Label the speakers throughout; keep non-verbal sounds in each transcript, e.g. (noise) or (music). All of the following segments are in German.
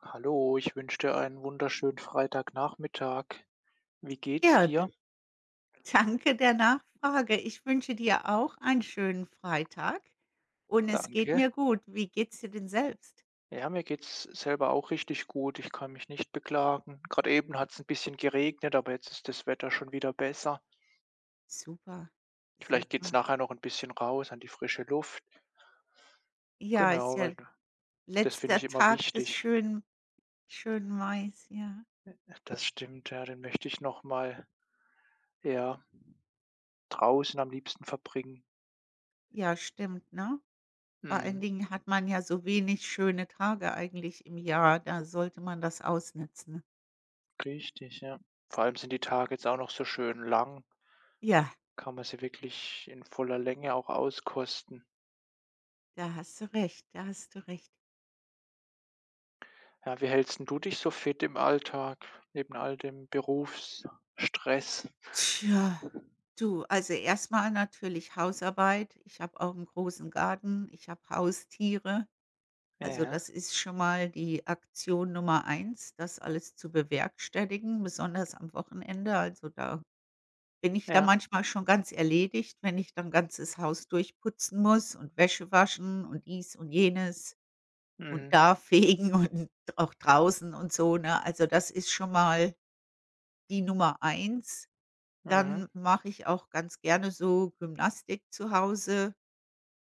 Speaker 1: Hallo, ich wünsche dir einen wunderschönen Freitagnachmittag. Wie
Speaker 2: Ja,
Speaker 1: geht's
Speaker 2: d
Speaker 1: dir?
Speaker 2: danke der Nachfrage. Ich wünsche dir auch einen schönen Freitag und es geht
Speaker 1: Danke.
Speaker 2: mir gut. Wie geht's dir denn selbst?
Speaker 1: Ja, mir geht's selber auch richtig gut. Ich kann mich nicht beklagen. Gerade eben hat es ein bisschen geregnet, aber jetzt ist das Wetter schon wieder besser.
Speaker 2: Super,
Speaker 1: Vielleicht geht's
Speaker 2: super.
Speaker 1: nachher noch ein bisschen raus an die frische Luft.
Speaker 2: Ja, ist
Speaker 1: Genau,
Speaker 2: ja
Speaker 1: weil das finde ich
Speaker 2: letzter
Speaker 1: immer
Speaker 2: Tag des
Speaker 1: wichtig.
Speaker 2: schönen Mais, ja.
Speaker 1: Das stimmt, ja, den möchte ich noch mal, ja, draußen am liebsten verbringen.
Speaker 2: Ja, stimmt, ne? Vor allen
Speaker 1: Mhm,
Speaker 2: Dingen hat man ja so wenig schöne Tage eigentlich im Jahr, da sollte man das ausnutzen.
Speaker 1: richtig, ja. Vor allem sind die Tage jetzt auch noch so schön lang.
Speaker 2: Ja,
Speaker 1: Kann man sie wirklich in voller Länge auch auskosten.
Speaker 2: da hast du recht, da hast du recht.
Speaker 1: Ja, wie hältst 'n du dich so fit im Alltag neben all dem Berufsstress?
Speaker 2: Tja. Du, also erstmal natürlich Hausarbeit. Ich habe auch einen großen Garten, ich habe Haustiere. Also,
Speaker 1: Ja,
Speaker 2: das ist schon mal die Aktion Nummer eins, das alles zu bewerkstelligen, besonders am Wochenende. Also, da bin ich da
Speaker 1: ja.
Speaker 2: manchmal schon ganz erledigt, wenn ich dann ganzes Haus durchputzen muss und Wäsche waschen und dies und jenes und
Speaker 1: Mhm,
Speaker 2: da fegen (laughs) und auch draußen und so, ne? Also, das ist schon mal die Nummer eins.
Speaker 1: mhm.
Speaker 2: Dann mache ich auch ganz gerne so Gymnastik zu Hause.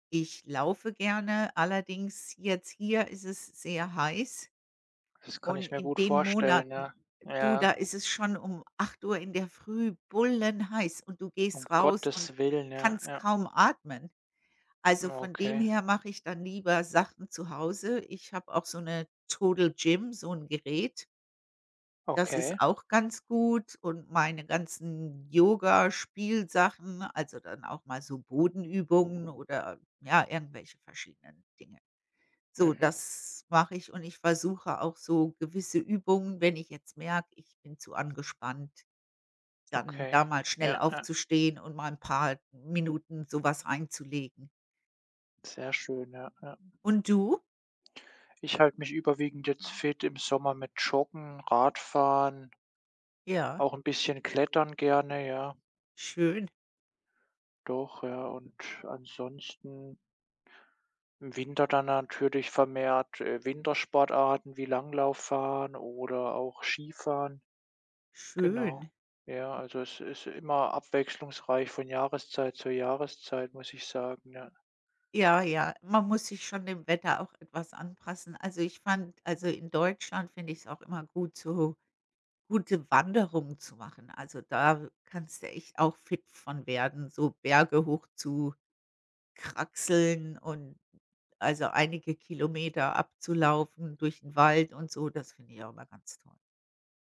Speaker 2: Ich laufe gerne, allerdings jetzt hier ist es sehr heiß
Speaker 1: Das kann
Speaker 2: und
Speaker 1: ich mir
Speaker 2: in
Speaker 1: gut
Speaker 2: den
Speaker 1: vorstellen, ja.
Speaker 2: Monaten du,
Speaker 1: Ja,
Speaker 2: da ist es schon um 8 Uhr in der Früh bullenheiß und du
Speaker 1: um
Speaker 2: gehst raus und
Speaker 1: Gottes Willen, ja,
Speaker 2: kannst
Speaker 1: ja.
Speaker 2: kaum atmen. Also, von dem
Speaker 1: Okay,
Speaker 2: her mache ich dann lieber Sachen zu Hause. Ich habe auch so eine Total Gym, so ein Gerät. Das ist
Speaker 1: okay.
Speaker 2: auch ganz gut und meine ganzen Yoga-Spielsachen, also dann auch mal so Bodenübungen oder, ja, irgendwelche verschiedenen Dinge. So,
Speaker 1: Mhm,
Speaker 2: das mache ich und ich versuche auch so gewisse Übungen, wenn ich jetzt merke, ich bin zu angespannt, dann
Speaker 1: okay.
Speaker 2: da mal schnell
Speaker 1: Ja, ja,
Speaker 2: aufzustehen und mal ein paar Minuten sowas was reinzulegen.
Speaker 1: sehr schön, ja, ja.
Speaker 2: Und du?
Speaker 1: Ich halte mich überwiegend jetzt fit im Sommer mit Joggen, Radfahren,
Speaker 2: Ja,
Speaker 1: auch ein bisschen klettern gerne, ja.
Speaker 2: schön,
Speaker 1: Doch, ja, und ansonsten im Winter dann natürlich vermehrt, Wintersportarten wie Langlauffahren oder auch Skifahren. Genau.
Speaker 2: schön.
Speaker 1: Ja, also es ist immer abwechslungsreich von Jahreszeit zu Jahreszeit, muss ich sagen, ja.
Speaker 2: Ja, ja, man muss sich schon dem Wetter auch etwas anpassen. Also, ich fand also, in Deutschland finde ich es auch immer gut, so gute Wanderungen zu machen. Also, da kannst du echt auch fit von werden, so Berge hoch zu kraxeln und also, einige Kilometer abzulaufen durch den Wald und so, das finde ich auch immer ganz toll.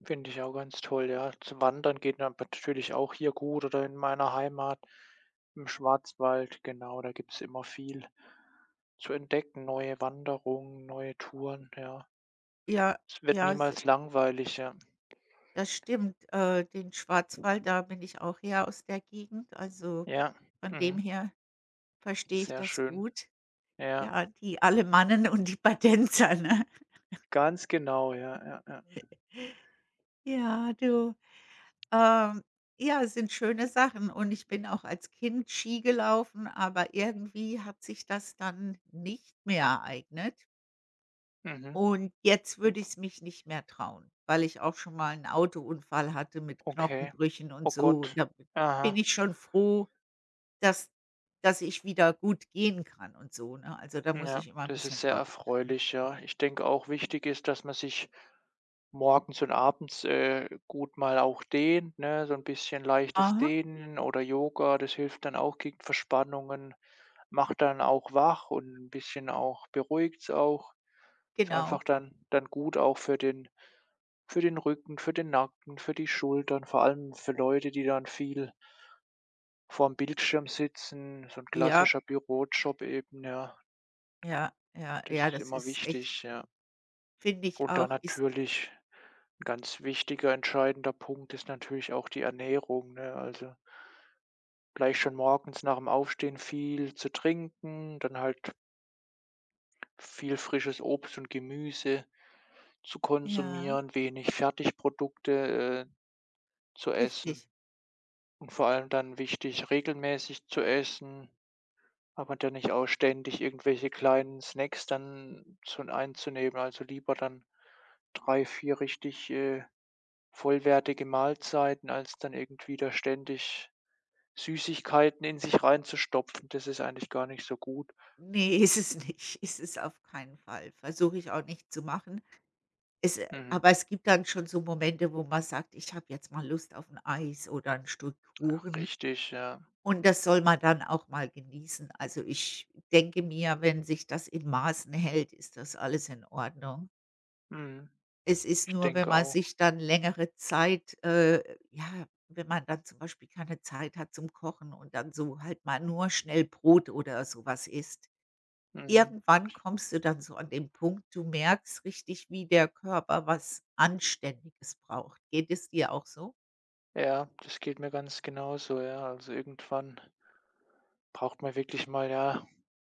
Speaker 1: Finde ich auch ganz toll, ja. Zu Wandern geht natürlich auch hier gut oder in meiner Heimat im Schwarzwald, genau, da gibt es immer viel zu entdecken, neue Wanderungen, neue Touren, ja.
Speaker 2: Ja,
Speaker 1: Es wird
Speaker 2: ja, s
Speaker 1: niemals langweilig, ja.
Speaker 2: das stimmt. Den Schwarzwald, da bin ich auch her aus der Gegend. Also,
Speaker 1: Ja,
Speaker 2: von dem
Speaker 1: mhm,
Speaker 2: her verstehe ich
Speaker 1: sehr
Speaker 2: das
Speaker 1: schön.
Speaker 2: gut.
Speaker 1: Ja,
Speaker 2: Ja, die Alemannen und die Badenzer, ne?
Speaker 1: ganz genau, ja, ja, ja.
Speaker 2: Ja, du, ähm, ja, es sind schöne Sachen und ich bin auch als Kind Ski gelaufen, aber irgendwie hat sich das dann nicht mehr ereignet
Speaker 1: Mhm,
Speaker 2: und jetzt
Speaker 1: w
Speaker 2: würde ich es mich nicht mehr trauen, weil ich auch schon mal einen Autounfall hatte mit
Speaker 1: okay.
Speaker 2: Knochenbrüchen und
Speaker 1: Oh
Speaker 2: so.
Speaker 1: Gott.
Speaker 2: Da b bin
Speaker 1: Aha,
Speaker 2: ich schon froh, dass dass ich wieder gut gehen kann und so, ne? Also, da muss
Speaker 1: ja,
Speaker 2: ich immer ein
Speaker 1: das
Speaker 2: bisschen
Speaker 1: ist sehr
Speaker 2: drauf achten.
Speaker 1: erfreulich, ja. Ich denke auch, wichtig ist, dass man sich morgens und abends, gut mal auch dehnt, ne? So ein bisschen leichtes
Speaker 2: Aha,
Speaker 1: Dehnen oder Yoga, das hilft dann auch gegen Verspannungen, macht dann auch wach und ein bisschen auch beruhigt's auch. Ist
Speaker 2: genau.
Speaker 1: einfach dann gut auch für den Rücken, für den Nacken, für die Schultern, vor allem für Leute, die dann viel vorm Bildschirm sitzen, so ein
Speaker 2: Ja.
Speaker 1: klassischer Bürojob eben, ja.
Speaker 2: Ja, ja,
Speaker 1: Das
Speaker 2: ja,
Speaker 1: ist
Speaker 2: das
Speaker 1: immer
Speaker 2: ist echt
Speaker 1: wichtig, ja.
Speaker 2: finde ich
Speaker 1: Und dann
Speaker 2: auch, ist.
Speaker 1: natürlich 'n ganz wichtiger, entscheidender Punkt ist natürlich auch die Ernährung, ne? Also, gleich schon morgens nach dem Aufstehen viel zu trinken, dann halt viel frisches Obst und Gemüse zu
Speaker 2: Ja.
Speaker 1: konsumieren, wenig Fertigprodukte, zu essen.
Speaker 2: Richtig.
Speaker 1: Und vor allem dann wichtig, regelmäßig zu essen, aber dann nicht auch ständig irgendwelche kleinen Snacks dann zu einzunehmen. Also lieber dann 3 4 richtig, vollwertige Mahlzeiten, als dann irgendwie da ständig Süßigkeiten in sich reinzustopfen. Das ist eigentlich gar nicht so gut.
Speaker 2: Ne, (laughs) ist es nicht. Ist es auf keinen Fall. Versuche ich auch nicht zu machen. Es
Speaker 1: Mhm.
Speaker 2: Aber es gibt dann schon so Momente, wo man sagt: „Ich habe jetzt mal Lust auf ein Eis oder ein Stück Kuchen.“
Speaker 1: Richtig, ja.
Speaker 2: Und das soll man dann auch mal genießen. Also, ich denke mir, wenn sich das in Maßen hält, ist das alles in Ordnung.
Speaker 1: Mhm.
Speaker 2: Es ist
Speaker 1: Ich
Speaker 2: nur, wenn
Speaker 1: denke
Speaker 2: man
Speaker 1: auch.
Speaker 2: sich dann längere Zeit ja, wenn man dann zum Beispiel keine Zeit hat zum Kochen und dann so halt mal nur schnell Brot oder sowas isst.
Speaker 1: Mhm.
Speaker 2: Irgendwann kommst du dann so an den Punkt, du merkst richtig, wie der Körper was Anständiges braucht. Geht es dir auch so?
Speaker 1: Ja, das geht mir ganz genauso, ja. Also irgendwann braucht man wirklich mal, ja,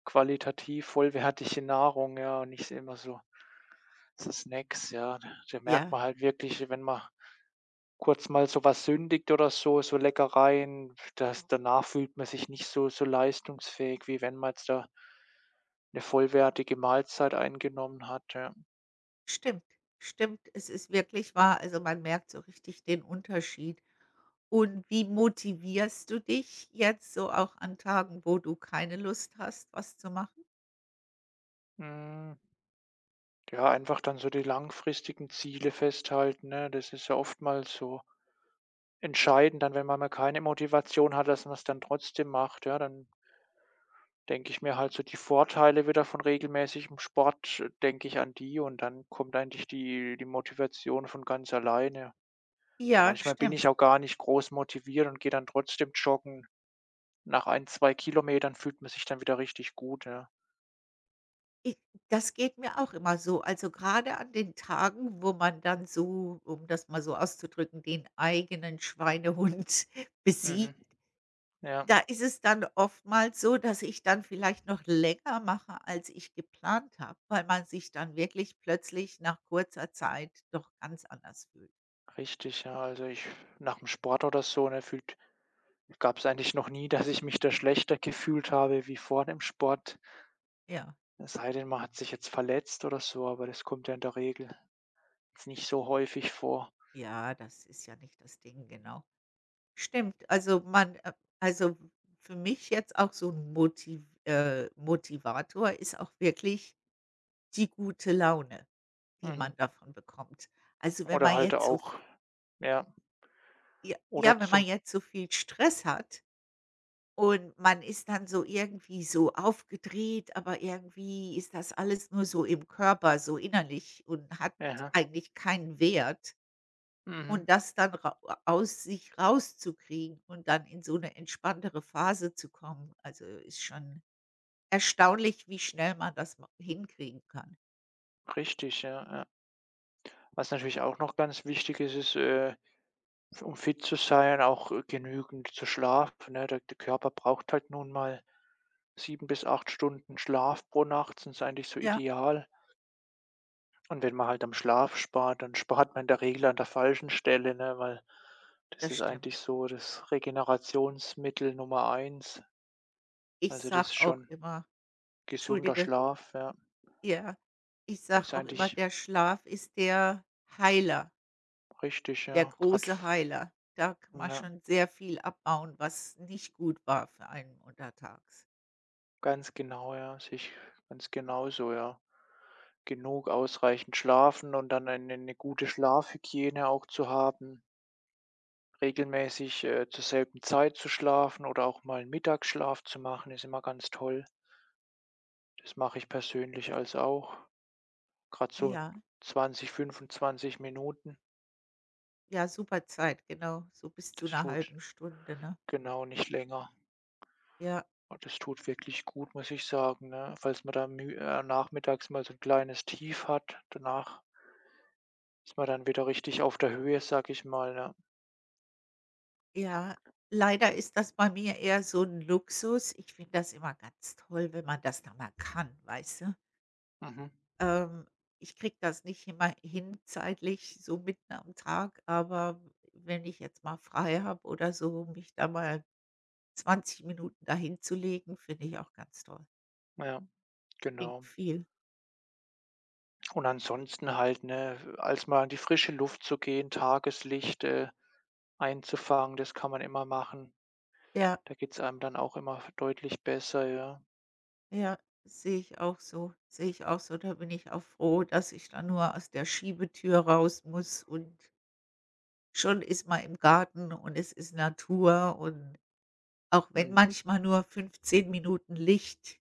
Speaker 1: qualitativ vollwertige Nahrung, ja, und nicht immer so Snacks, ja. Da merkt
Speaker 2: Ja,
Speaker 1: man halt wirklich, wenn man kurz mal so was sündigt oder so, so Leckereien, dass danach fühlt man sich nicht so leistungsfähig, wie wenn man jetzt da eine vollwertige Mahlzeit eingenommen hat, ja.
Speaker 2: stimmt. Stimmt, es ist wirklich wahr. Also, man merkt so richtig den Unterschied. Und wie motivierst du dich jetzt so auch an Tagen, wo du keine Lust hast, was zu machen?
Speaker 1: Hm, ja, einfach dann so die langfristigen Ziele festhalten, ne? Das ist ja oftmals so. Entscheiden dann, wenn man mal keine Motivation hat, dass man es dann trotzdem macht, ja? Dann denke ich mir halt so die Vorteile wieder von regelmäßigem Sport denke ich an die und dann kommt eigentlich die Motivation von ganz alleine. Oder
Speaker 2: Ja,
Speaker 1: manchmal bin
Speaker 2: stimmt.
Speaker 1: ich auch gar nicht groß motiviert und gehe dann trotzdem joggen. Nach ein 2 Kilometern fühlt man sich dann wieder richtig gut, ja.
Speaker 2: Ich das geht mir auch immer so. Also, gerade an den Tagen, wo man dann so, um das mal so auszudrücken, den eigenen Schweinehund (laughs)
Speaker 1: Mhm.
Speaker 2: besiegt,
Speaker 1: Ja,
Speaker 2: da ist es dann oftmals so, dass ich dann vielleicht noch länger mache, als ich geplant habe, weil man sich dann wirklich plötzlich nach kurzer Zeit doch ganz anders fühlt.
Speaker 1: richtig, ja. Also, ich nach dem Sport oder so, ne, fühlt Gab es eigentlich noch nie, (laughs) dass ich mich da schlechter gefühlt habe wie vor dem Sport.
Speaker 2: Ja.
Speaker 1: Es sei denn, man hat sich jetzt verletzt oder so, aber das kommt ja in der Regel jetzt nicht so häufig vor.
Speaker 2: Ja, das ist ja nicht das Ding, genau. Stimmt, also man also für mich jetzt auch so ein Motivator ist auch wirklich die gute Laune, die man
Speaker 1: Mhm.
Speaker 2: davon bekommt. Also, wenn
Speaker 1: Oder
Speaker 2: man
Speaker 1: halt
Speaker 2: jetzt so v
Speaker 1: auch, ja,
Speaker 2: ja,
Speaker 1: oder
Speaker 2: ja, wenn man
Speaker 1: zum
Speaker 2: jetzt so viel Stress hat und man ist dann so irgendwie so aufgedreht, aber irgendwie ist das alles nur so im Körper, so innerlich und hat
Speaker 1: aha,
Speaker 2: eigentlich keinen Wert.
Speaker 1: mhm,
Speaker 2: Und das dann rau aus sich rauszukriegen und dann in so 'ne entspanntere Phase zu kommen, also, ist schon erstaunlich, wie schnell man das ma hinkriegen kann.
Speaker 1: richtig, ja, ja. Was natürlich auch noch ganz wichtig ist, um fit zu sein, auch, genügend zu schlafen, ne? Der Körper braucht halt nun mal 7 bis 8 Stunden Schlaf pro Nacht, sind eigentlich so
Speaker 2: Ja,
Speaker 1: ideal. Und wenn man halt am Schlaf spart, dann spart man in der Regel an der falschen Stelle, ne, weil das
Speaker 2: das
Speaker 1: ist
Speaker 2: stimmt.
Speaker 1: eigentlich so das Regenerationsmittel Nummer eins.
Speaker 2: Ich
Speaker 1: Also, das ist
Speaker 2: sage auch
Speaker 1: schon
Speaker 2: immer,
Speaker 1: gesunder
Speaker 2: entschuldige,
Speaker 1: Schlaf, ja.
Speaker 2: ja, ich sage
Speaker 1: Ist
Speaker 2: auch immer,
Speaker 1: eigentlich
Speaker 2: der Schlaf ist der Heiler,
Speaker 1: richtig,
Speaker 2: der
Speaker 1: ja. Gerade,
Speaker 2: große Heiler. Da kann man
Speaker 1: ja,
Speaker 2: schon sehr viel abbauen, was nicht gut war für einen untertags.
Speaker 1: ganz genau, ja, sehe ich ganz genauso, ja. Genug ausreichend schlafen und dann eine 'ne gute Schlafhygiene auch zu haben, regelmäßig, zur selben Zeit zu schlafen oder auch mal 'n Mittagsschlaf zu machen, ist immer ganz toll. Das mache ich persönlich als auch. Gerade so
Speaker 2: Ja,
Speaker 1: 20, 25 Minuten.
Speaker 2: ja, super Zeit, genau, so bis zu
Speaker 1: Das
Speaker 2: 'ner
Speaker 1: tut
Speaker 2: halben Stunde, ne?
Speaker 1: genau, nicht länger.
Speaker 2: Ja.
Speaker 1: Und das tut wirklich gut, muss ich sagen, ne? Falls man da mü nachmittags mal so ein kleines Tief hat, danach ist man dann wieder richtig auf der Höhe, sag ich mal, ja.
Speaker 2: Ja, leider ist das bei mir eher so 'n Luxus. Ich finde das immer ganz toll, wenn man das dann mal kann, weißt du?
Speaker 1: Mhm.
Speaker 2: Ähm, Ich kriege das nicht immer hin zeitlich, so mitten am Tag, aber wenn ich jetzt mal frei habe oder so, um mich da mal 20 Minuten da hinzulegen, finde ich auch ganz toll.
Speaker 1: Ja,
Speaker 2: Klingt
Speaker 1: genau.
Speaker 2: viel.
Speaker 1: Und ansonsten halt, ne, als mal in die frische Luft zu gehen, Tageslicht, einzufangen, das kann man immer machen.
Speaker 2: Ja,
Speaker 1: Da geht es einem dann auch immer deutlich besser, ja.
Speaker 2: ja, sehe ich auch so, sehe ich auch so. Da bin ich auch froh, dass ich da nur aus der Schiebetür raus muss und schon ist man im Garten und es ist Natur und auch wenn
Speaker 1: Mhm.
Speaker 2: manchmal nur 15 Minuten Licht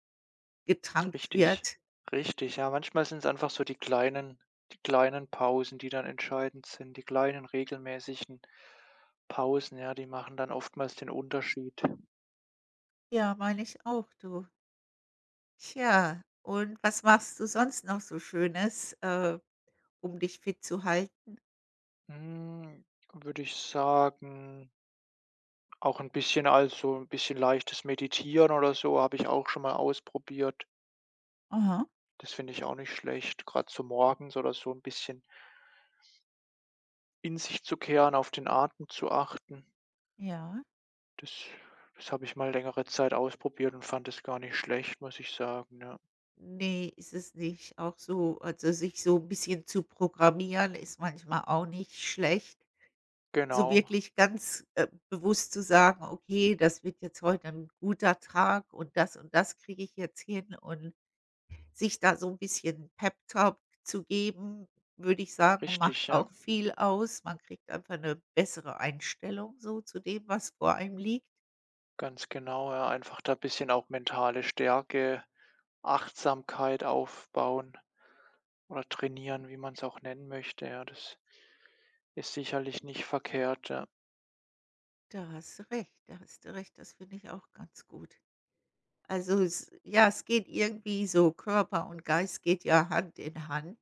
Speaker 2: getankt
Speaker 1: Richtig,
Speaker 2: wird.
Speaker 1: richtig. Ja, manchmal sind es einfach so die kleinen Pausen, die dann entscheidend sind, die kleinen regelmäßigen Pausen, ja, die machen dann oftmals den Unterschied.
Speaker 2: Ja, meine ich auch, du. Tja, und was machst du sonst noch so Schönes, um dich fit zu halten?
Speaker 1: Hm, würde ich sagen, auch ein bisschen leichtes Meditieren oder so habe ich auch schon mal ausprobiert.
Speaker 2: Aha,
Speaker 1: Das finde ich auch nicht schlecht. Gerade so morgens oder so ein bisschen in sich zu kehren, auf den Atem zu achten.
Speaker 2: ja.
Speaker 1: Das das habe ich mal längere Zeit ausprobiert und fand es gar nicht schlecht, muss ich sagen, ja.
Speaker 2: Nee, ist es nicht. Auch so also, sich so ein bisschen zu programmieren ist manchmal auch nicht schlecht. So
Speaker 1: Genau,
Speaker 2: wirklich ganz, bewusst zu sagen: „Okay, das wird jetzt heute ein guter Tag und das kriege ich jetzt hin.“ Und sich da so ein bisschen Pep Talk zu geben, würde ich sagen,
Speaker 1: richtig,
Speaker 2: macht
Speaker 1: ja.
Speaker 2: auch viel aus. Man kriegt einfach eine bessere Einstellung so zu dem, was vor einem liegt.
Speaker 1: Ganz genau, ja. Einfach da ein bisschen auch mentale Stärke, Achtsamkeit aufbauen oder trainieren, wie man es auch nennen möchte, ja. Das ist sicherlich nicht verkehrt, ja.
Speaker 2: Da hast du recht, da hast du recht. Das finde ich auch ganz gut. Also, es ja, es geht irgendwie so Körper und Geist geht ja Hand in Hand.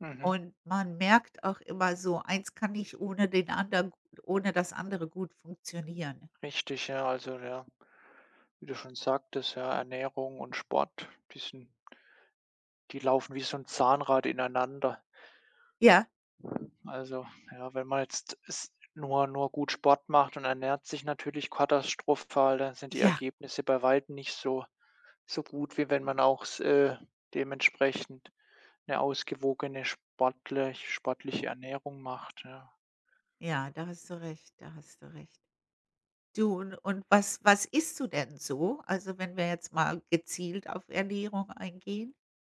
Speaker 1: Mhm.
Speaker 2: Und man merkt auch immer so, eins kann nicht ohne den anderen ohne das andere gut funktionieren.
Speaker 1: Richtig, ja. Also, ja, wie du schon sagtest, ja, Ernährung und Sport, die laufen wie so ein Zahnrad ineinander.
Speaker 2: Ja.
Speaker 1: Also, ja, wenn man jetzt s nur nur gut Sport macht und ernährt sich natürlich katastrophal, dann sind die
Speaker 2: Ja,
Speaker 1: Ergebnisse bei Weitem nicht so gut, wie wenn man auch s dementsprechend eine ausgewogene sportliche Ernährung macht, ja.
Speaker 2: ja, da hast du recht, da hast du recht. Du, und was isst du denn so? Also, wenn wir jetzt mal gezielt auf Ernährung eingehen?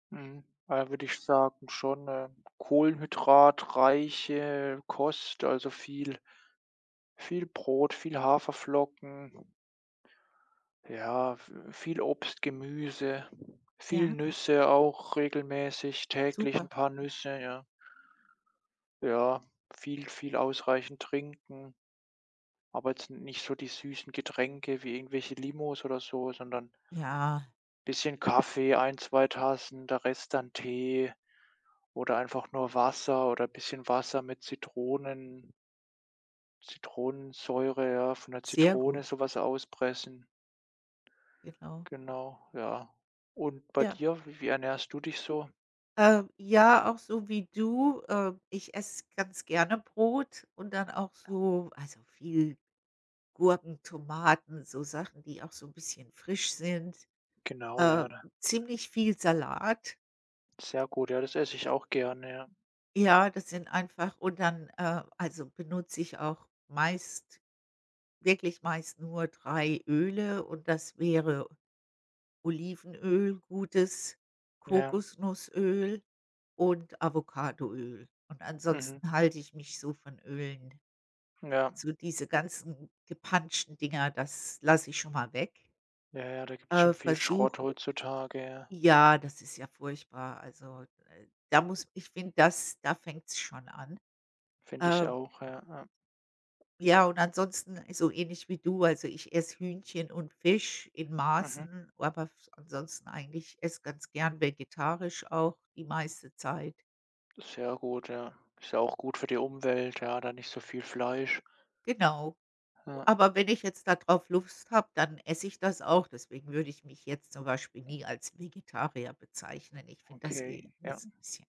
Speaker 1: Mhm. Da würde ich sagen, schon, kohlenhydratreiche Kost, also viel Brot, viel Haferflocken, ja, v viel Obst, Gemüse,
Speaker 2: Ja,
Speaker 1: viel Nüsse auch regelmäßig, täglich
Speaker 2: super.
Speaker 1: ein paar Nüsse, ja. Ja, viel ausreichend trinken, aber jetzt nicht so die süßen Getränke wie irgendwelche Limos oder so, sondern
Speaker 2: Ja,
Speaker 1: bisschen Kaffee, ein 2 Tassen, der Rest dann Tee oder einfach nur Wasser oder bisschen Wasser mit Zitronensäure, ja, von der
Speaker 2: sehr gut,
Speaker 1: Zitrone sowas auspressen.
Speaker 2: genau.
Speaker 1: Genau, ja. Und bei
Speaker 2: Ja.
Speaker 1: dir, wie ernährst du dich so?
Speaker 2: Ja, auch so wie du, ich esse ganz gerne Brot und dann auch so also, viel Gurken, Tomaten, so Sachen, die auch so 'n bisschen frisch sind,
Speaker 1: Genau,
Speaker 2: äh,
Speaker 1: ja, da
Speaker 2: ziemlich viel Salat.
Speaker 1: sehr gut, ja, das esse ich auch gerne, ja.
Speaker 2: Ja, das sind einfach und dann, also benutze ich auch meist wirklich meist nur 3 Öle und das wäre Olivenöl, gutes,
Speaker 1: Ja,
Speaker 2: Kokosnussöl und Avocadoöl. Und
Speaker 1: mhm,
Speaker 2: ansonsten halte ich mich so von Ölen.
Speaker 1: ja.
Speaker 2: So diese ganzen gepanschten Dinger, das lasse ich schon mal weg.
Speaker 1: Ja, ja, da gibt's schon viel Schrott
Speaker 2: Versuche
Speaker 1: heutzutage, ja,
Speaker 2: Ja, das ist ja furchtbar. Also, da muss ich finde, das da fängt's schon an.
Speaker 1: finde ich
Speaker 2: Ähm,
Speaker 1: auch, ja, ja.
Speaker 2: ja, und ansonsten so ähnlich wie du, also ich esse Hühnchen und Fisch in
Speaker 1: Mhm.
Speaker 2: Maßen, aber f ansonsten eigentlich ich esse ganz gern vegetarisch auch die meiste Zeit.
Speaker 1: Sehr gut, ja. Ist ja auch gut für die Umwelt, ja, da nicht so viel Fleisch.
Speaker 2: Genau.
Speaker 1: Ja,
Speaker 2: Aber wenn ich jetzt darauf Lust habe, dann esse ich das auch. Deswegen würde ich mich jetzt zum Beispiel nie als Vegetarier bezeichnen. Ich finde das eh
Speaker 1: okay, ja.
Speaker 2: alles ein bisschen